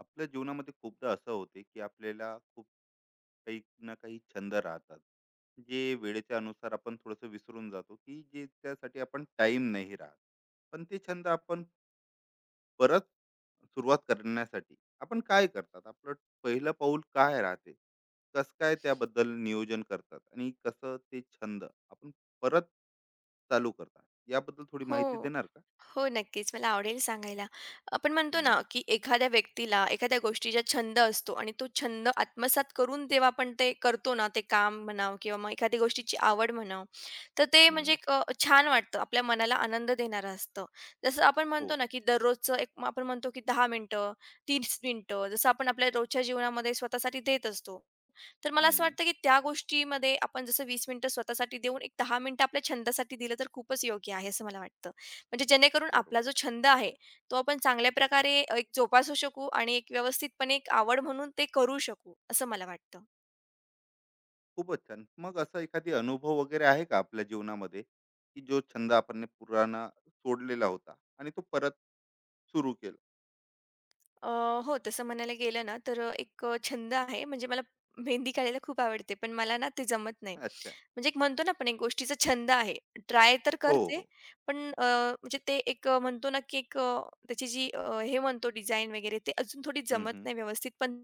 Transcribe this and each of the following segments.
आपल्या जीवनामध्ये खूपदा असं होते की आपल्याला खूप काही ना काही छंद राहतात, जे वेळेच्या अनुसार आपण थोडंसं विसरून जातो की जे त्यासाठी आपण टाइम नाही राहत. पण ते छंद आपण परत सुरुवात करण्यासाठी आपण काय करतात? आपलं पहिलं पाऊल काय राहते? कसं काय त्याबद्दल नियोजन करतात आणि कसं ते छंद आपण परत चालू करतात? याबद्दल थोडी माहिती हो. देणार का? हो, नक्कीच. मला आवडेल सांगायला. आपण म्हणतो ना, हम्म. की एखाद्या व्यक्तीला एखाद्या गोष्टीचा छंद असतो आणि तो छंद आत्मसात करून जेव्हा आपण ते करतो ना, ते काम म्हणावं किंवा मग एखाद्या गोष्टीची आवड म्हणावं, तर ते म्हणजे हम्म. एक छान वाटतं. आपल्या मनाला आनंद देणारं असतं. जसं आपण म्हणतो हो. ना, की दररोजचं एक आपण म्हणतो, की 10 मिनिटं, 30 मिनिटं जसं आपण आपल्या रोजच्या जीवनामध्ये स्वतःसाठी देत असतो. तर मला असं हम्म. वाटतं की त्या गोष्टीमध्ये आपण जसं 20 मिनिटं स्वतःसाठी देऊन एक 10 मिनिटं आपल्या छंदासाठी दिलं तर खूपच योग्य आहे असं मला वाटतं. म्हणजे जेणेकरून आपला बरोबर. जो छंद आहे, तो आपण चांगल्या प्रकारे एक जोपासू शकू आणि एक व्यवस्थितपणे एक आवड म्हणून ते करू शकू, असं मला वाटतं. खूपच छान. मग असा एखादी अनुभव वगैरे आहे का आपल्या जीवनामध्ये, की जो छंद आपण ने पुराणा सोडलेला होता आणि तो परत सुरू केला? अ, हो, तसं म्हणायला गेलं ना, तर एक छंद आहे. म्हणजे मला मेहंदी काढायला खूप आवडते, पण मला ना ते जमत नाही. अच्छा. म्हणजे एक म्हणतो ना आपण एक गोष्टीचा छंद आहे. ट्राय तर हो, करते, हो. पण म्हणजे ते एक म्हणतो ना की एक त्याची जी हे म्हणतो डिझाइन वगैरे ते अजून थोडी हं, जमत हं. नाही व्यवस्थित, पण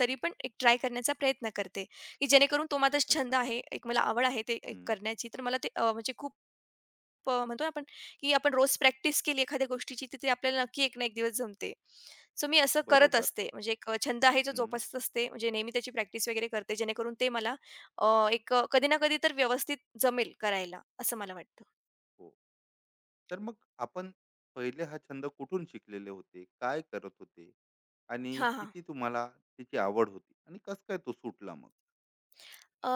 तरी पण एक ट्राय करण्याचा प्रयत्न करते, की जेणेकरून तो माझा छंद अच्छा. आहे, एक मला आवड आहे ते एक हं. करण्याची, तर मला ते म्हणजे खूप म्हणतो ना आपण, की आपण रोज प्रॅक्टिस केली एखाद्या गोष्टीची, तर आपल्याला नक्की एक ना एक दिवस जमते. सो मी असं करत बरोबर. असते. म्हणजे एक छंद आहे जो हं. जोपासत असते. म्हणजे नेहमी त्याची प्रॅक्टिस वगैरे करते, जेणेकरून ते मला एक कधी ना कधी तर व्यवस्थित जमेल करायला, असं मला वाटतं. हो. तर मग आपण पहिले हा छंद कुठून शिकलेले होते? काय करत होते? आणि हां, हां. किती तुम्हाला त्याची आवड होती? आणि कसं काय तो सुटला मग? अ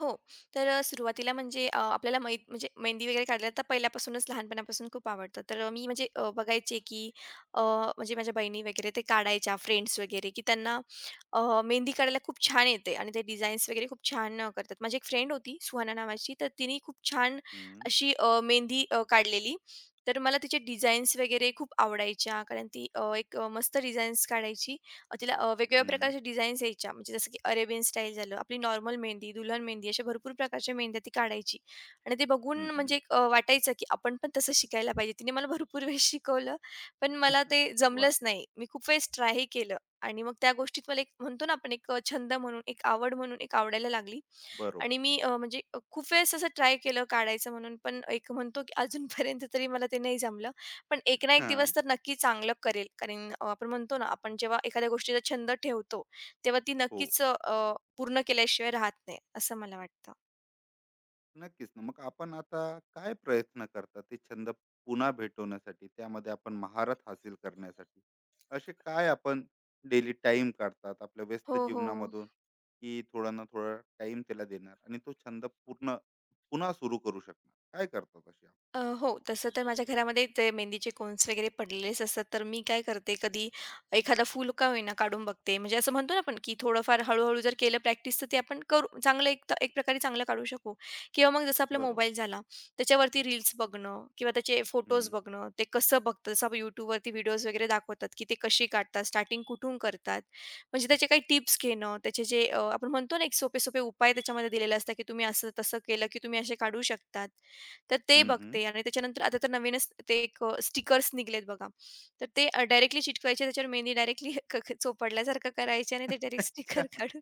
हो. तर सुरुवातीला म्हणजे आपल्याला म्हणजे मेहंदी वगैरे काढायला तर पहिल्यापासूनच लहानपणापासून खूप आवडतं. तर मी म्हणजे बघायचे की म्हणजे माझ्या बहिणी वगैरे ते काढायच्या फ्रेंड्स वगैरे की त्यांना मेहंदी काढायला खूप छान येते आणि ते डिझाईन्स वगैरे खूप छान करतात. माझी एक फ्रेंड होती सुहाना नावाची, तर तिने खूप छान हं, अशी मेहंदी काढलेली. तर मला तिचे डिझाईन्स वगैरे खूप आवडायच्या कारण ती एक मस्त डिझाईन्स काढायची तिला वेगवेगळ्या हं. प्रकारच्या डिझाईन्स यायच्या. म्हणजे जसं की अरेबियन स्टाईल झालं, आपली नॉर्मल मेहंदी, दुल्हन मेहंदी अशा भरपूर प्रकारच्या मेहंद्या ती काढायची. आणि ते हं, बघून हं. वाह! म्हणजे एक वाटायचं की आपण पण तसं शिकायला पाहिजे. तिने मला भरपूर वेळेस शिकवलं, पण मला ते जमलंच नाही. मी खूप वेळेस ट्रायही केलं आणि मग त्या गोष्टीत मला एक म्हणतो ना आपण एक छंद म्हणून, एक आवड म्हणून एक आवडायला लागली. बरोबर. आणि मी म्हणजे खूप वेळेस असं ट्राय केलं काढायचं म्हणून, पण एक म्हणतो की अजूनपर्यंत तरी मला ते नाही जमलं. पण एक ना एक हां. दिवस तर नक्की चांगलं करेल. कारण आपण म्हणतो ना, आपण जेव्हा एखाद्या गोष्टीचा छंद ठेवतो, तेव्हा ती हो. नक्कीच पूर्ण केल्याशिवाय राहत नाही, असं मला वाटतं. नक्कीच ना. मग आपण आता काय प्रयत्न करता ते छंद पुन्हा भेटवण्यासाठी, त्यामध्ये आपण महारत हासिल करण्यासाठी? असे काय आपण डेली टाईम काढतात आपल्या व्यस्त हो, हो. जीवनामधून, की थोडा ना थोडा टाईम त्याला देणार आणि तो छंद पूर्ण पुन्हा सुरू करू शकणार? काय करतात असे आपण? हो. तसं तर माझ्या घरामध्ये ते मेहंदीचे कोन्स वगैरे पडलेलेच असतात. तर मी काय करते, कधी एखादा फूल का होईना काढून बघते. म्हणजे असं म्हणतो ना आपण, की थोडंफार हळू-हळू जर केलं प्रॅक्टिस, तर ते आपण करू चांगलं एक एक प्रकारे चांगलं काढू शकू. किंवा मग जसं आपला बरोबर. मोबाईल झाला, त्याच्यावरती रील्स बघणं किंवा त्याचे फोटोज हं. बघणं, ते कसं बघतात. जसं आपण YouTubeवरती व्हिडिओज वगैरे दाखवतात, की ते कशी काढतात, स्टार्टिंग कुठून करतात. म्हणजे त्याचे काही टिप्स घेणं, त्याचे जे आपण म्हणतो ना, एक सोपे-सोपे उपाय त्याच्यामध्ये दिलेले असतात, की तुम्ही असं तसं केलं, की तुम्ही असे काढू शकतात. तर ते हं, हं. बघते आणि त्याच्यानंतर आता तर नवीनच ते एक स्टिकर्स निघालेत बघा. तर ते डायरेक्टली चिटकवायचे त्याच्यावर मेहंदी डायरेक्टली क क चोपडल्यासारखं करायची आणि ते डायरेक्ट स्टिकर काढून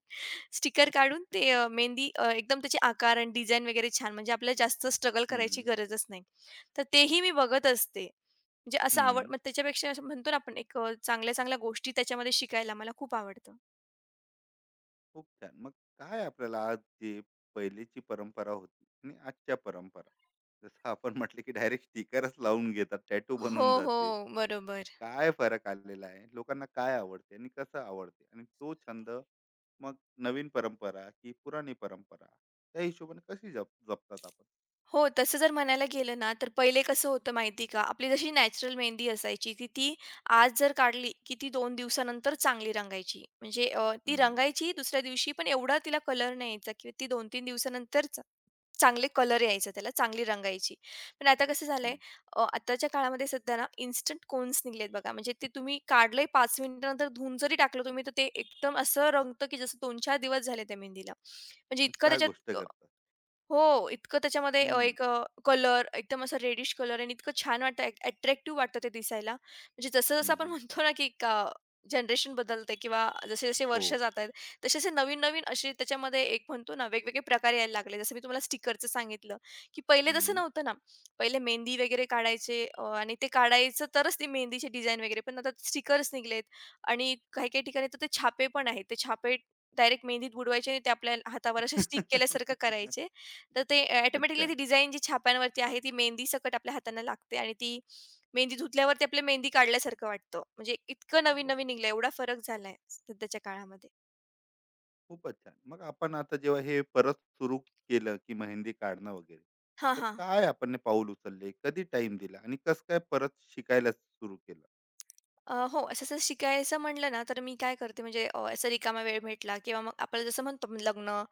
स्टिकर अच्छा. काढून ते मेहंदी एकदम त्याचे आकार आणि डिझाइन वगैरे छान म्हणजे आपल्याला जास्त स्ट्रगल करायची हं, गरजच नाही. तर तेही मी बघत असते. म्हणजे असं आवड हं. मग त्याच्यापेक्षा असं म्हणतो ना आपण एक चांगल्या-चांगल्या गोष्टी त्याच्यामध्ये शिकायला मला खूप आवडतं. खूप छान. मग काय आपल्याला आज जे पहिलीची परंपरा होती आणि आजच्या परंपरा, जसं आपण म्हटलं की डायरेक्ट स्टिकरच लावून घेतात, टॅटू हो, बनून हो. जाते. बरोबर. काय फरक आलेला आहे? लोकांना काय आवडते आणि कसं आवडते? आणि तो छंद मग नवीन परंपरा की पुराणी परंपरा, त्या हिशोबाने कशी जप जपतात आपण? हो, तसं जर म्हणायला गेलं ना, तर पहिले कसं होतं माहिती आहे का? आपली जशी नॅचरल मेहंदी असायची, की ती आज जर काढली, की ती 2 दिवसानंतर चांगली रंगायची. म्हणजे ती हं, रंगायची दुसऱ्या दिवशी, पण एवढा तिला कलर नाही यायचा किंवा ती 2-3 दिवसानंतर चांगले कलर यायचा त्याला, चांगली रंगायची. पण आता कसं झालंय, हं. आताच्या काळामध्ये सध्या ना इन्स्टंट कोन्स निघलेत बघा. म्हणजे ते तुम्ही काढलंय 5 मिनिटानंतर धुवून जरी टाकलं तुम्ही, तर ते एकदम असं रंगतं, की जसं 2-4 दिवस झाले त्या मेहंदीला. म्हणजे मग इतकं काय गोष्ट त्याच्यात करतात? हो, इतकं त्याच्यामध्ये हं, एक कलर एकदम असा रेडिश कलर आणि इतकं छान वाटतं अट्रॅक्टिव्ह वाटतं ते दिसायला. म्हणजे जसं-जसं हं, आपण हं. म्हणतो ना, की जनरेशन बदलते किंवा जसे-जसे हो. वर्ष जात आहेत, तसे-तसे नवीन-नवीन असे त्याच्यामध्ये एक म्हणतो ना, वेगवेगळे प्रकार यायला लागले. जसं मी तुम्हाला स्टिकरचं सांगितलं, की पहिले तसं हं. नव्हतं ना. पहिले मेहंदी वगैरे काढायचे आणि ते काढायचं तरच ती मेहंदीची डिझाइन वगैरे. पण आता स्टिकर्स निघलेत आणि काही-काही ठिकाणी तर ते छापे पण आहेत. ते छापे डायरेक्ट मेहंदीत बुडवायचे आणि ते आपल्या हातावर असे स्टिक केल्यासारखं करायचे तर ते ऑटोमॅटिकली ती अच्छा. डिझाईन जी छाप्यांवरती आहे, ती मेहंदीसकट आपल्या हातांना लागते आणि ती मेहंदी धुतल्यावरती आपल्याला मेहंदी काढल्यासारखं वाटतं. म्हणजे इतकं नवीन-नवीन निघलंय, एवढा फरक झालाय सध्याच्या काळामध्ये. खूपच छान. मग आपण आता जेव्हा हे परत सुरू केलं, की मेहंदी काढणं वगैरे, हां, तर हां. काय आपण ने पाऊल उचलले? कधी टाइम दिला आणि कसं काय परत शिकायला सुरू केलं? हो, असं जर शिकायचं म्हटलं ना, तर मी काय करते म्हणजे असा रिकामा वेळ भेटला किंवा मग आपल्याला जसं म्हणतो आपण, लग्न,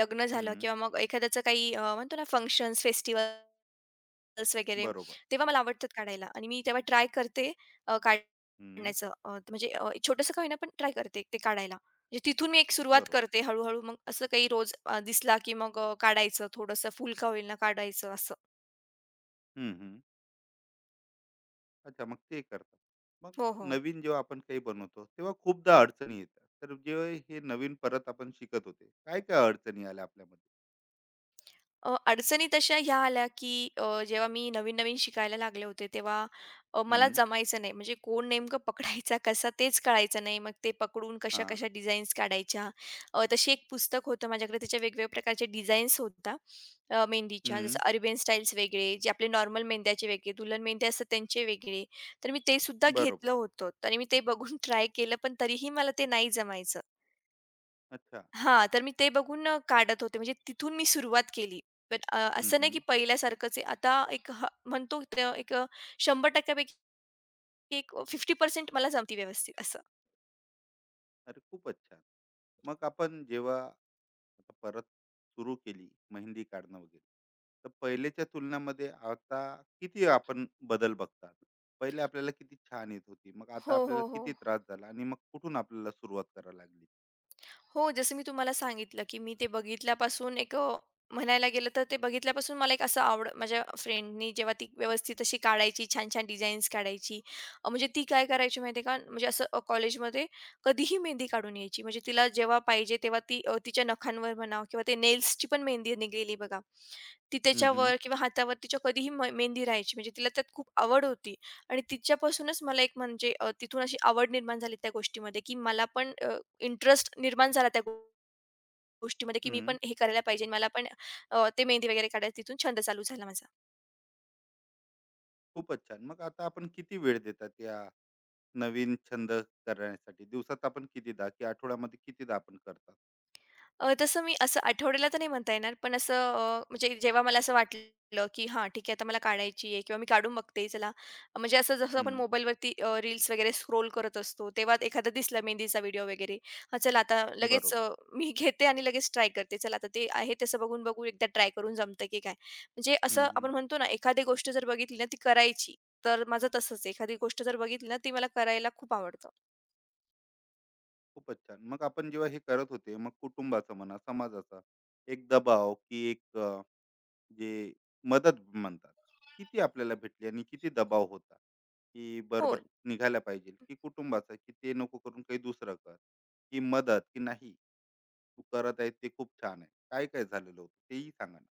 लग्न झालं हं, किंवा मग एखाद्याचं काही म्हणतो ना फंक्शन्स, फेस्टिव्हल रिल्स वगैरे, बरोबर. तेव्हा मला आवडतात काढायला आणि मी तेव्हा ट्राय करते हं, काढण्याचं म्हणजे एक छोटंसं का होईना पण ट्राय करते ते काढायला. म्हणजे तिथून मी एक सुरुवात बरोबर. करते हळू-हळू मग असं काही रोज दिसला की मग काढायचं थोडंसं फुल का होईना काढायचं असं. हं, हं. अच्छा, मग ते करतात. मग हो, हो. नवीन जेव्हा आपण काही बनवतो, तेव्हा खूपदा अडचणी येतात. तर जेव्हा हे नवीन परत आपण शिकत होते, काय-काय अडचणी आल्या आपल्यामध्ये? अडचणी तशा ह्या आल्या, की जेव्हा मी नवीन-नवीन शिकायला लागले होते, तेव्हा मला हं, जमायचं नाही. म्हणजे कोण नेमकं पकडायचा कसा तेच कळायचं नाही. मग ते पकडून हां. कशा-कशा डिझाईन्स काढायच्या. तशी एक पुस्तक होतं माझ्याकडे त्याच्या वेगवेगळ्या प्रकारच्या डिझाईन्स होत्या मेहंदीच्या. जसं हं, अरेबियन स्टाईल्स वेगळे, जे आपले नॉर्मल मेहंद्याचे वेगळे, दुल्हन मेहंदी असतात त्यांचे वेगळे. तर मी ते सुद्धा बरोबर. घेतलं होतं. आणि मी ते बघून ट्राय केलं, पण तरीही मला ते नाही जमायचं. अच्छा. हां, तर मी ते बघून काढत होते. म्हणजे तिथून मी सुरुवात केली. पण हं, असं नाही हं. की पहिल्यासारखंच आहे. आता एक म्हणतो एक 100% पैकी एक 50% मला जमती व्यवस्थित असं. अरे, खूपच छान. मग आपण जेव्हा आता परत सुरू केली मेहंदी काढणं वगैरे, तर पहिलेच्या तुलनामध्ये आता किती आपण बदल बघतात? पहिले आपल्याला किती छान येत होती, मग आता हो, आपल्याला हो, हो. किती त्रास झाला आणि मग कुठून आपल्याला सुरुवात करावी लागली? हो, जसं मी तुम्हाला सांगितलं, की मी ते बघितल्यापासून एक म्हणायला गेलं तर ते बघितल्यापासून मला एक असं आवड माझ्या फ्रेंडनी जेव्हा ती व्यवस्थित अशी काढायची, छान-छान डिझाईन्स काढायची. म्हणजे ती काय करायची माहिती का, म्हणजे असं कॉलेजमध्ये कधीही मेहंदी काढून यायची. म्हणजे तिला जेव्हा पाहिजे तेव्हा ती तिच्या नखांवर म्हणा किंवा ते नेल्सची पण मेहंदी निघलेली बघा. ती हम्म हम्म त्याच्यावर किंवा हातावर तिच्या कधीही मेहंदी राहायची. म्हणजे तिला त्यात खूप आवड होती आणि तिच्यापासूनच मला एक म्हणजे तिथून अशी आवड निर्माण झाली त्या गोष्टीमध्ये, की मला पण इंटरेस्ट निर्माण झाला त्या गोष्टीमध्ये, की मी हम्म. पण हे करायला पाहिजे. मला पण ते मेहंदी वगैरे काढायला तिथून छंद चालू झाला माझा. खूपच छान. मग आता आपण किती वेळ देतात या नवीन छंद करण्यासाठी? दिवसात आपण कितीदा, की आठवड्यामध्ये कितीदा आपण करतात? तसं मी असं आठवड्याला तर नाही म्हणता येणार, पण असं म्हणजे जेव्हा मला असं वाटलं, की हां, ठीक आहे आता मला काढायची आहे किंवा मी काढून बघते चला. म्हणजे असं जसं आपण हम्म. मोबाईलवरती रील्स वगैरे स्क्रोल करत असतो, तेव्हा एखादा दिसला मेहंदीचा व्हिडिओ वगैरे. हां, चला आता लगेच बरोबर. मी घेते आणि लगेच ट्राय करते. चला आता ते आहे तसं बघून बघू एकदा ट्राय करून जमतं की काय. म्हणजे हम्म. असं आपण हम्म. म्हणतो ना, एखादी गोष्ट जर बघितली ना ती करायची, तर माझं तसंच आहे. एखादी गोष्ट जर बघितली ना ती मला करायला खूप आवडतं. खूपच छान. मग आपण जेव्हा हे करत होते, मग कुटुंबाचं म्हणा, समाजाचा एक दबाव, की एक जे मदत म्हणतात, किती आपल्याला भेटली आणि किती दबाव होता, की हो. बरोबर निघायला पाहिजे, की कुटुंबाचा, की ते नको करून काही दुसरं कर, की मदत की नाही, तू करत आहे ते खूप छान आहे, काय काय झालेलं होतं तेही सांगा ना.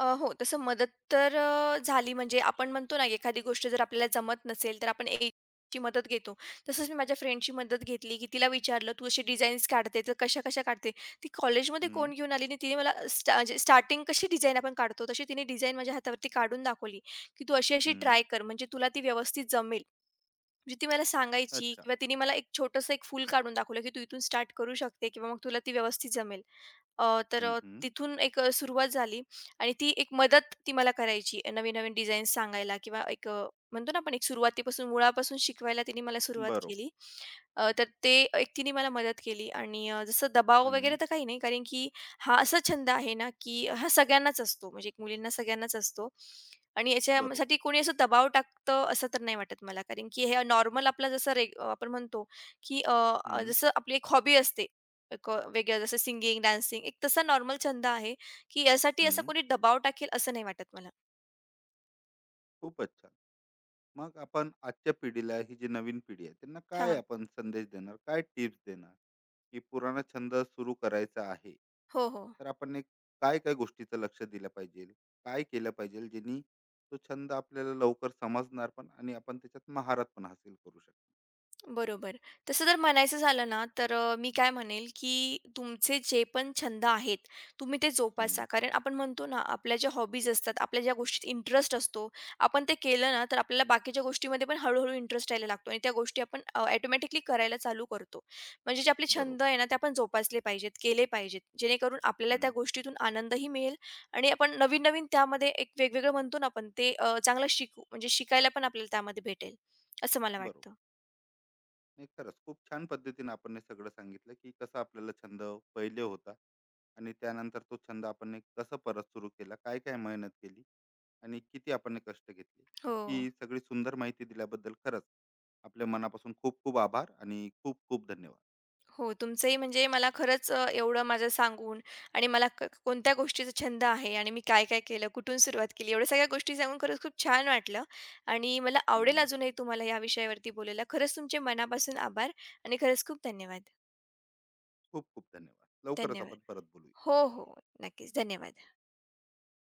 हो, तसं मदत तर झाली म्हणजे आपण म्हणतो ना, एखादी गोष्ट जर आपल्याला जमत नसेल, तर आपण एकाची मदत घेतो. तसंच मी माझ्या फ्रेंडची मदत घेतली, की तिला विचारलं, "तू अशी डिझाईन्स काढते, तर कशा-कशा काढते?" ती कॉलेजमध्ये कोण हम्म. घेऊन आली आणि तिने मला म्हणजे स्टार्टिंग कशी डिझाईन आपण काढतो, तशी तिने डिझाईन माझ्या हातावरती काढून दाखवली, की "तू अशी-अशी हम्म, ट्राय कर, म्हणजे तुला ती व्यवस्थित जमेल." म्हणजे ती मला सांगायची अच्छा. किंवा तिने मला एक छोटंसं एक फूल काढून दाखवलं, की तू इथून स्टार्ट करू शकते किंवा मग तुला ती व्यवस्थित जमेल. तर हम्म, हम्म, तिथून एक सुरुवात झाली आणि ती एक मदत ती मला करायची नवीन-नवीन डिझाईन्स सांगायला किंवा एक म्हणतो ना आपण एक सुरुवातीपासून मुळापासून शिकवायला तिने मला सुरुवात बरोबर. केली. तर ते एक तिने मला मदत केली आणि जसं दबाव वगैरे हम्म, तर काही नाही कारण की हा असा छंद आहे ना, की हा सगळ्यांनाच असतो म्हणजे एक मुलींना सगळ्यांनाच असतो. आणि बरोबर. याच्यासाठी कोणी असं दबाव टाकतं असं तर नाही वाटत मला. कारण की हे नॉर्मल आपलं जसं आपण म्हणतो, की अ, अ, हम्म, जसं आपली एक हॉबी असते. एक वेगळं जसं सिंगिंग, डान्सिंग एक तसा नॉर्मल छंद आहे, की यासाठी असं हम्म, कोणी दबाव टाकेल असं नाही वाटत मला. खूपच छान. मग आपण आजच्या पिढीला, ही जी नवीन पिढी आहे, त्यांना काय हां, आपण संदेश देणार, काय टिप्स देणार, की पुराणा छंद सुरू करायचा आहे हो, हो. तर आपण एक काय काय गोष्टीचं लक्ष दिलं पाहिजे, काय केलं पाहिजे, ज्यांनी तो छंद आपल्याला लवकर समजणार पण, आणि आपण त्याच्यात महारत पण हासिल करू शकतो. बरोबर. तसं जर म्हणायचं झालं ना, तर मी काय म्हणेल, की तुमचे जे पण छंद आहेत, तुम्ही ते जोपासा. हम्म, कारण आपण म्हणतो ना, आपल्या ज्या हॉबीज असतात, आपल्या ज्या गोष्टीत इंटरेस्ट असतो, आपण ते केलं ना, तर आपल्याला बाकीच्या गोष्टीमध्ये पण हळू इंटरेस्ट यायला लागतो आणि त्या गोष्टी आपण ऑटोमॅटिकली करायला चालू करतो. म्हणजे जे आपले छंद बरोबर. आहे ना, ते आपण जोपासले पाहिजेत, केले पाहिजेत. जेणेकरून आपल्याला त्या हम्म, गोष्टीतून आनंदही मिळेल आणि आपण नवीन-नवीन त्यामध्ये एक वेगवेगळं म्हणतो ना आपण, ते चांगलं शिकू. म्हणजे शिकायला पण आपल्याला त्यामध्ये भेटेल, असं मला बरोबर. वाटतं. नाही, खरंच खूप छान पद्धतीने आपण हे सगळं सांगितलं, की कसं आपल्याला छंद पहिले होता, आणि त्यानंतर तो छंद आपण हे कसं परत सुरू केला, काय काय मेहनत केली, आणि किती आपण हे कष्ट घेतले. हो. इतकी सगळी सुंदर माहिती दिल्याबद्दल खरंच आपल्या मनापासून खूप खूप आभार आणि खूप खूप धन्यवाद. हो, तुमचंही म्हणजे मला खरंच एवढं माझं सांगून आणि मला कोणत्या गोष्टीचा छंद आहे आणि मी काय-काय केलं, कुठून सुरुवात केली, एवढ्या सगळ्या गोष्टी सांगून खरंच खूप छान वाटलं आणि मला आवडेल हम्म, अजूनही तुम्हाला या विषयावरती बोलायला. खरंच तुमचे मनापासून आभार आणि खरंच खूप धन्यवाद. खूप खूप धन्यवाद. लवकरच धन्यवाद. आपण परत बोलू. हो, हो. नक्कीच. धन्यवाद.